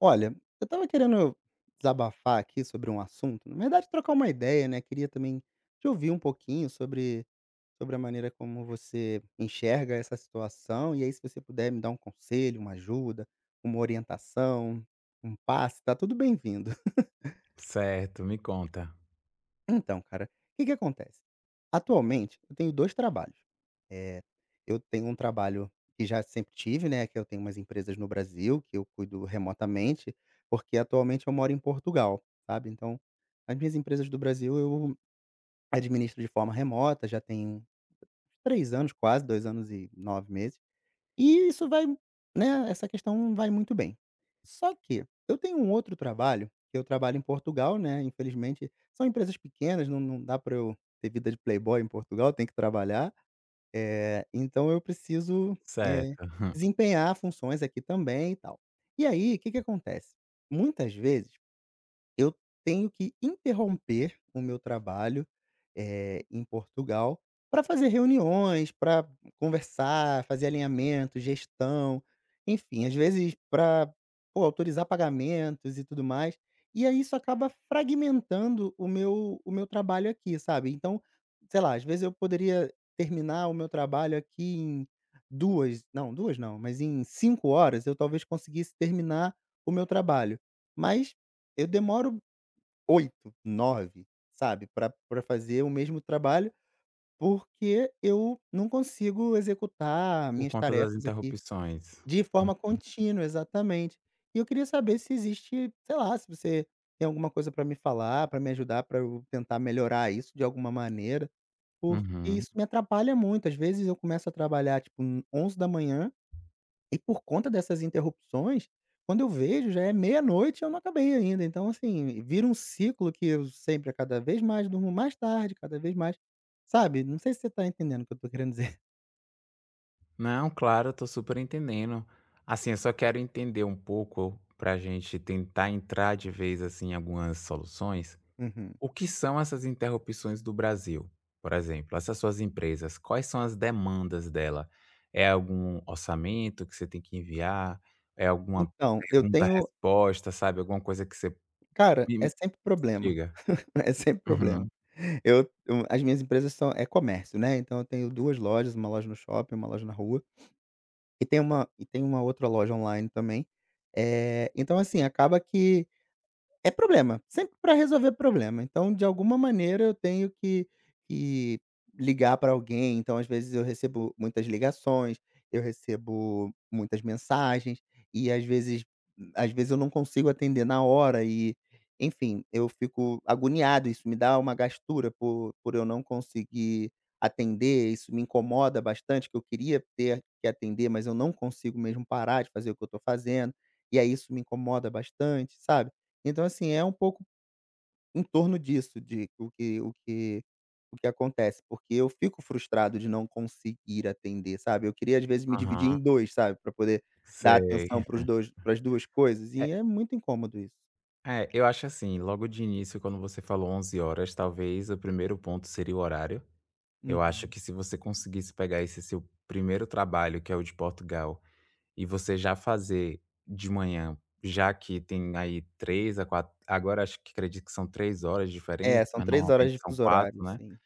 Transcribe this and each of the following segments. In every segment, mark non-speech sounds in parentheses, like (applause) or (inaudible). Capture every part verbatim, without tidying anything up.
Olha, eu estava querendo desabafar aqui sobre um assunto, na verdade trocar uma ideia, né, queria também te ouvir um pouquinho sobre sobre a maneira como você enxerga essa situação, e aí se você puder me dar um conselho, uma ajuda, uma orientação, um passe, tá tudo bem-vindo. Certo, me conta. Então, cara, o que que acontece? Atualmente, eu tenho dois trabalhos. Eh, eu tenho um trabalho que já sempre tive, né, que eu tenho umas empresas no Brasil que eu cuido remotamente, porque atualmente eu moro em Portugal, sabe. Então, as minhas empresas do Brasil eu administro de forma remota, já tem uns três anos quase, dois anos e nove meses. E isso vai, né, essa questão vai muito bem. Só que eu tenho um outro trabalho, que eu trabalho em Portugal, né, infelizmente são empresas pequenas, não não dá para eu ter vida de playboy em Portugal, tem que trabalhar, eh, então eu preciso, eh, Certo. (laughs) desempenhar funções aqui também e tal. E aí, o que que acontece? Muitas vezes eu tenho que interromper o meu trabalho, eh, em Portugal, para fazer reuniões, para conversar, fazer alinhamento, gestão, enfim, às vezes para autorizar pagamentos e tudo mais. E aí isso acaba fragmentando o meu o meu trabalho aqui, sabe. Então, sei lá, às vezes eu poderia terminar o meu trabalho aqui em duas, não, duas não, mas em cinco horas eu talvez conseguisse terminar o meu trabalho, mas eu demoro oito, nove, sabe, para pra fazer o mesmo trabalho, porque eu não consigo executar Por minhas conta das tarefas aqui interrupções. de forma Uhum, contínua, exatamente. E eu queria saber se existe, sei lá, se você tem alguma coisa para me falar, para me ajudar, para eu tentar melhorar isso de alguma maneira, porque uhum. isso me atrapalha muito. Às vezes eu começo a trabalhar, tipo, onze da manhã. E por conta dessas interrupções, quando eu vejo já é meia-noite e eu não acabei ainda. Então, assim, vira um ciclo que eu sempre cada vez mais durmo mais tarde, cada vez mais, sabe, não sei se você tá entendendo o que eu tô querendo dizer. (laughs) Não, claro, eu tô super entendendo. Assim, eu só quero entender um pouco pra gente tentar entrar de vez, assim, em algumas soluções. Uhum. O que são essas interrupções do Brasil? Por exemplo, essas suas empresas, quais são as demandas dela? É algum orçamento que você tem que enviar? É alguma Então, eu tenho pergunta-resposta, sabe, alguma coisa que você cara, me é me sempre problema, diga. (laughs) é sempre problema. Uhum. Eu eu as minhas empresas são é comércio, né, então eu tenho duas lojas, uma loja no shopping, uma loja na rua, e tem uma e tem uma outra loja online também. Eh, então assim, acaba que é problema, sempre para resolver problema. Então, de alguma maneira, eu tenho que que ligar para alguém. Então, às vezes, eu recebo muitas ligações, eu recebo muitas mensagens e, às vezes às vezes, eu não consigo atender na hora e, enfim, eu fico agoniado. Isso me dá uma gastura por por eu não conseguir atender. Isso me incomoda bastante, que eu queria ter que atender, mas eu não consigo mesmo parar de fazer o que eu estou fazendo. E aí isso me incomoda bastante, sabe? Então, assim, é um pouco em torno disso, de o que o que o que acontece, porque eu fico frustrado de não conseguir atender, sabe. Eu queria, às vezes, me dividir em dois, sabe, para poder dar Sei. atenção para os dois para as duas coisas, É e é muito incômodo isso. é, eu acho assim, logo de início, quando você falou onze horas, talvez o primeiro ponto seria o horário. Eu acho Uhum. que se você conseguisse pegar esse seu primeiro trabalho, que é o de Portugal, e você já fazer de manhã, já que tem aí três a quatro. Agora acho que acredito que são três horas de diferença, É, são mas três normalmente horas de são fuso quatro, horário, né? sim.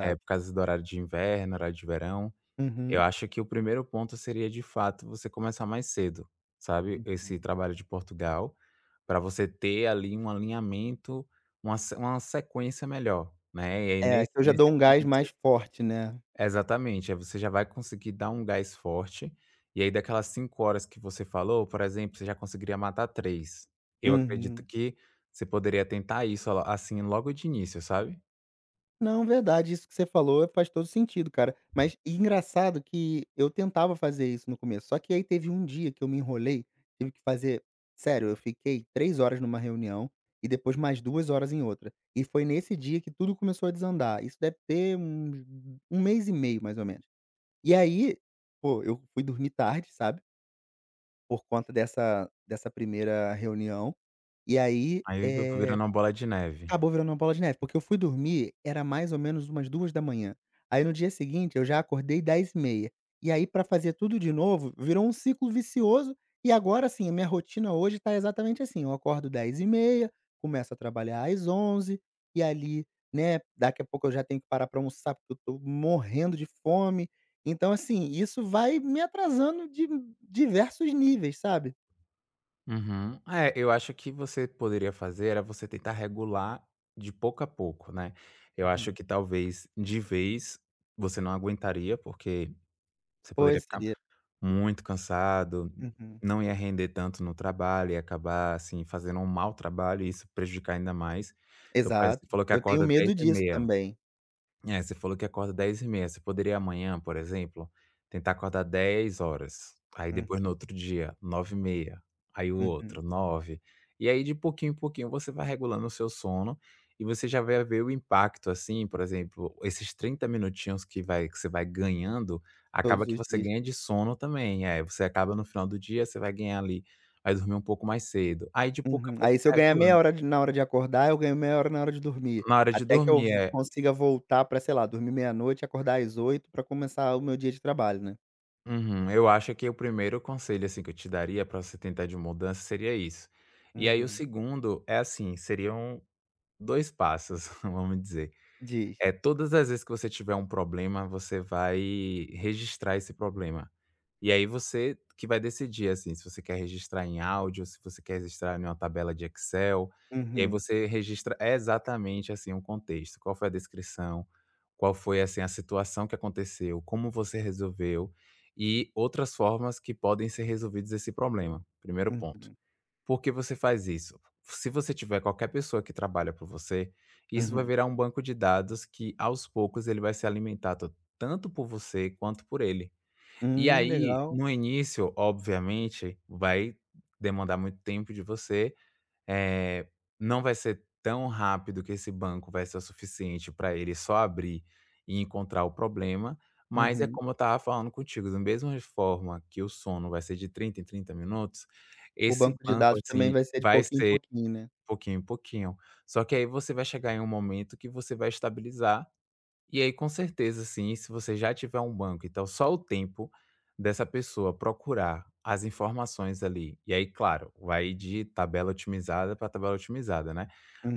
É por causa do horário de inverno, horário de verão. Eu Uhum. acho que o primeiro ponto seria, de fato, você começar mais cedo, sabe, esse Uhum. trabalho de Portugal. Para você ter ali um alinhamento, uma se uma sequência melhor, né, e aí É, nesse que eu já dou nesse um ponto gás você mais forte, né. exatamente, aí você já vai conseguir dar um gás forte, e aí daquelas cinco horas que você falou, por exemplo, você já conseguiria matar três. Eu acredito Uhum. que você poderia tentar isso, ó, assim, logo de início, sabe. Não, verdade, isso que você falou faz todo sentido, cara. Mas e engraçado que eu tentava fazer isso no começo, só que aí teve um dia que eu me enrolei, tive que fazer, sério, eu fiquei três horas numa reunião e depois mais duas horas em outra. E foi nesse dia que tudo começou a desandar. Isso deve ter uns um mês e meio, mais ou menos. E aí, pô, eu fui dormir tarde, sabe, por conta dessa dessa primeira reunião. E aí, Aí eh virando uma bola de neve. acabou virando uma bola de neve, porque eu fui dormir, era mais ou menos umas duas da manhã. Aí no dia seguinte eu já acordei dez e meia. E aí pra fazer tudo de novo, virou um ciclo vicioso, e agora sim, a minha rotina hoje tá exatamente assim: eu acordo dez e meia, começo a trabalhar às onze e ali, né, daqui a pouco eu já tenho que parar pra almoçar, porque eu tô morrendo de fome. Então assim, isso vai me atrasando de diversos níveis, sabe. Uhum. É, eu acho que você poderia fazer era você tentar regular de pouco a pouco, né. Eu acho Uhum. que talvez de vez você não aguentaria, porque você poderia Pois, ficar seria. muito cansado, Uhum. não ia render tanto no trabalho, ia acabar, assim, fazendo um mau trabalho e isso prejudicar ainda mais. Então, por exemplo, Exato. você falou que Eu tenho acorda dez medo e disso meia. também. É, você falou que acorda dez e meia. Você poderia amanhã, por exemplo, tentar acordar dez horas. Aí depois no Uhum, outro dia nove e meia. Aí o outro uhum. nove. E aí de pouquinho em pouquinho você vai regulando o seu sono, e você já vai ver o impacto, assim, por exemplo, esses trinta minutinhos que vai que você vai ganhando, acaba Todos que os você dias. ganha de sono também, é, você acaba no final do dia, você vai ganhar ali, vai dormir um pouco mais cedo, aí de pouco a Uhum. pouco Aí se eu vai ganhar meia regulando. hora de na hora de acordar, eu ganho meia hora na hora de dormir. Na hora de Até que eu dormir, vo é. consiga voltar pra, sei lá, dormir meia-noite, acordar às oito horas pra começar o meu dia de trabalho, né. Uhum. Eu acho que o primeiro conselho, assim, que eu te daria para você tentar de mudança seria isso. E aí o Uhum. segundo é assim, seriam dois passos, (laughs) vamos dizer. Diz. É, todas as vezes que você tiver um problema, você vai registrar esse problema. E aí você que vai decidir, assim, se você quer registrar em áudio, se você quer registrar em uma tabela de Excel, e aí Uhum, você registra exatamente, assim, o contexto, qual foi a descrição, qual foi, assim, a situação que aconteceu, como você resolveu e outras formas que podem ser resolvidas esse problema, primeiro ponto. uhum, Por que você faz isso? Se você tiver qualquer pessoa que trabalha para você, isso vai uhum. virar um banco de dados que aos poucos ele vai ser alimentado tanto por você quanto por ele. E Hum, aí, legal. no início, obviamente, vai demandar muito tempo de você, eh, não vai ser tão rápido que esse banco vai ser o suficiente para ele só abrir e encontrar o problema, mas é Uhum. como eu estava falando contigo, da mesma forma que o sono vai ser de trinta em trinta minutos, O esse banco de banco, dados também assim, vai ser de vai pouquinho em ser pouquinho, né. pouquinho em pouquinho. Só que aí você vai chegar em um momento que você vai estabilizar e aí, com certeza, sim, se você já tiver um banco, então só o tempo dessa pessoa procurar as informações ali, e aí, claro, vai de tabela otimizada para tabela otimizada, né?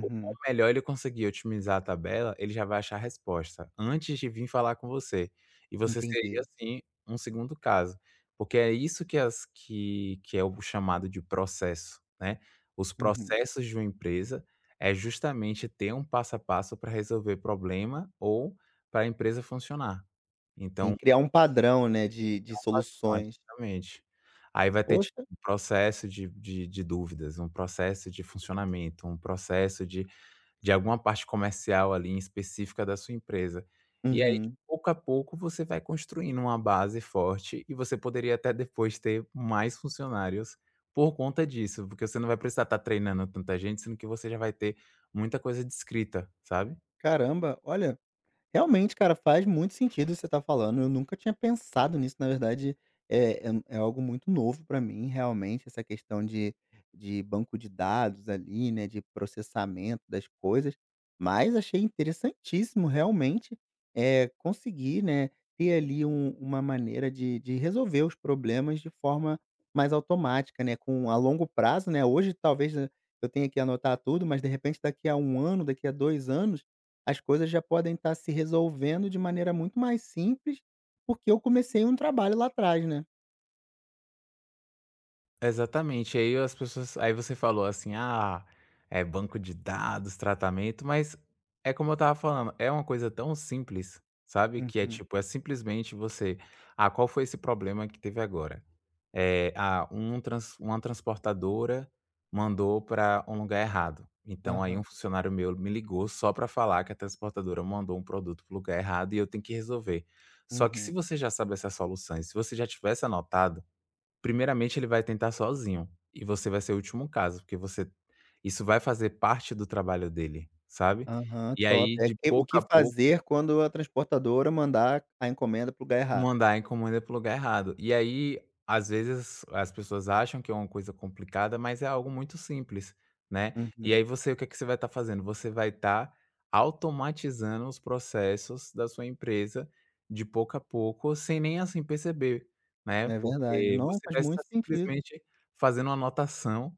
O quão melhor ele conseguir otimizar a tabela, ele já vai achar a resposta antes de vir falar com você. E você seria, entendi. assim, um segundo caso, porque é isso que as que que é o chamado de processo, né? Os Uhum. processos de uma empresa é justamente ter um passo a passo para resolver problema ou para a empresa funcionar. Sim, Então criar um padrão, né, de de (unintelligible) soluções. exatamente. Aí vai ter, tipo, Poxa. um processo de de de dúvidas, um processo de funcionamento, um processo de de alguma parte comercial ali específica da sua empresa. E aí de Uhum. pouco a pouco você vai construindo uma base forte e você poderia até depois ter mais funcionários por conta disso, porque você não vai precisar estar treinando tanta gente, sendo que você já vai ter muita coisa descrita, sabe? Caramba, olha, realmente, cara, faz muito sentido o que você tá falando. Eu nunca tinha pensado nisso. Na verdade, é, é, um- é algo muito novo para mim, realmente, essa questão de, de banco de dados ali, né? De processamento das coisas. Mas achei interessantíssimo, realmente, é, conseguir, né? Ter ali um- uma maneira de, de resolver os problemas de forma mais automática, né? Com a longo prazo, né? Hoje, talvez, né, eu tenha que anotar tudo, mas de repente, daqui a um ano, daqui a dois anos as coisas já podem estar se resolvendo de maneira muito mais simples, porque eu comecei um trabalho lá atrás, né. Exatamente. Aí as pessoas aí você falou assim: "Ah, é banco de dados, tratamento", mas é como eu estava falando, é uma coisa tão simples, sabe, que é Uhum. tipo, é simplesmente você: "Ah, qual foi esse problema que teve agora?". É, ah, um trans uma transportadora mandou para um lugar errado. Então aí um Aham. funcionário meu me ligou só para falar que a transportadora mandou um produto para o lugar errado e eu tenho que resolver. Só que se Uhum. você já sabe essas soluções, se você já tivesse anotado, primeiramente, ele vai tentar sozinho, e você vai ser o último caso, porque você isso vai fazer parte do trabalho dele, sabe. Aham, E top. aí, É de que o pouco que a pouco, fazer quando a transportadora mandar a encomenda para o lugar errado. mandar a encomenda para o lugar errado. E aí, às vezes, as pessoas acham que é uma coisa complicada, mas é algo muito simples, né. E aí Uhum. você, o que é que você vai estar fazendo? Você vai estar automatizando os processos da sua empresa, de pouco a pouco, sem nem, assim, perceber, né, É verdade. porque Não, você faz vai estar muito sentido. simplesmente fazendo uma anotação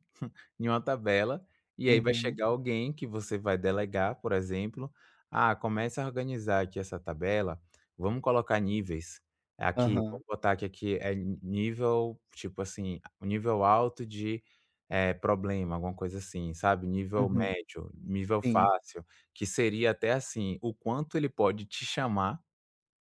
em uma tabela, e aí vai Uhum. chegar alguém que você vai delegar, por exemplo: "Ah, começa a organizar aqui essa tabela, vamos colocar níveis. Aqui, Aham. vamos botar que aqui é ni nível, tipo assim, o nível alto de, eh, problema", alguma coisa assim, sabe, nível Uhum. médio, nível Sim. fácil, que seria até assim, o quanto ele pode te chamar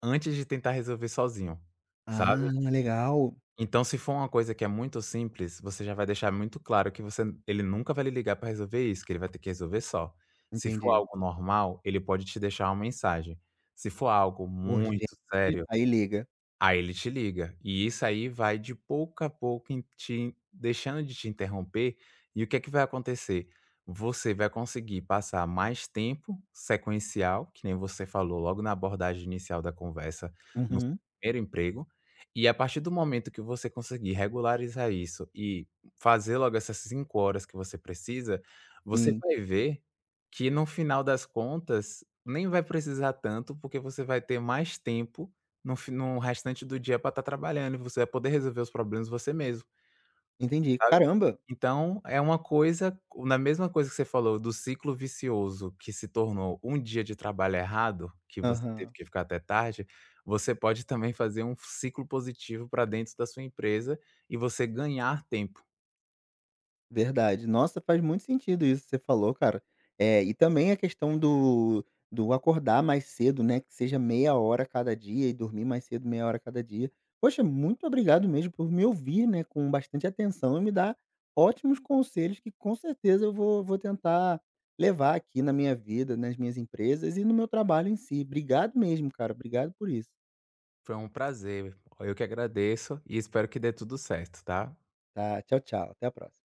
antes de tentar resolver sozinho, sabe. Ah, legal. Então, se for uma coisa que é muito simples, você já vai deixar muito claro que você ele nunca vai lhe ligar para resolver isso, que ele vai ter que resolver só. Se for Entendi. algo normal, ele pode te deixar uma mensagem. Se for algo muito Urgente, sério, aí liga. aí ele te liga, e isso aí vai de pouco a pouco em te deixando de te interromper, e o que é que vai acontecer? Você vai conseguir passar mais tempo sequencial, que nem você falou logo na abordagem inicial da conversa, no seu Uhum. primeiro emprego, e a partir do momento que você conseguir regularizar isso e fazer logo essas cinco horas que você precisa, você Sim, vai ver que no final das contas nem vai precisar tanto, porque você vai ter mais tempo no fi no restante do dia para estar trabalhando e você vai poder resolver os problemas você mesmo, entendi. sabe. Caramba. Então é uma coisa, na mesma coisa que você falou do ciclo vicioso que se tornou um dia de trabalho errado, que você teve Aham. que ficar até tarde, você pode também fazer um ciclo positivo para dentro da sua empresa e você ganhar tempo. Verdade. Nossa, faz muito sentido isso que você falou, cara. Eh, e também a questão do do acordar mais cedo, né, que seja meia hora cada dia e dormir mais cedo meia hora cada dia. Poxa, muito obrigado mesmo por me ouvir, né, com bastante atenção e me dar ótimos conselhos que com certeza eu vou vou tentar levar aqui na minha vida, nas minhas empresas e no meu trabalho em si. Obrigado mesmo, cara. Obrigado por isso, Foi um prazer, eu que agradeço e espero que dê tudo certo, tá. tá? Tchau, tchau. Até a próxima.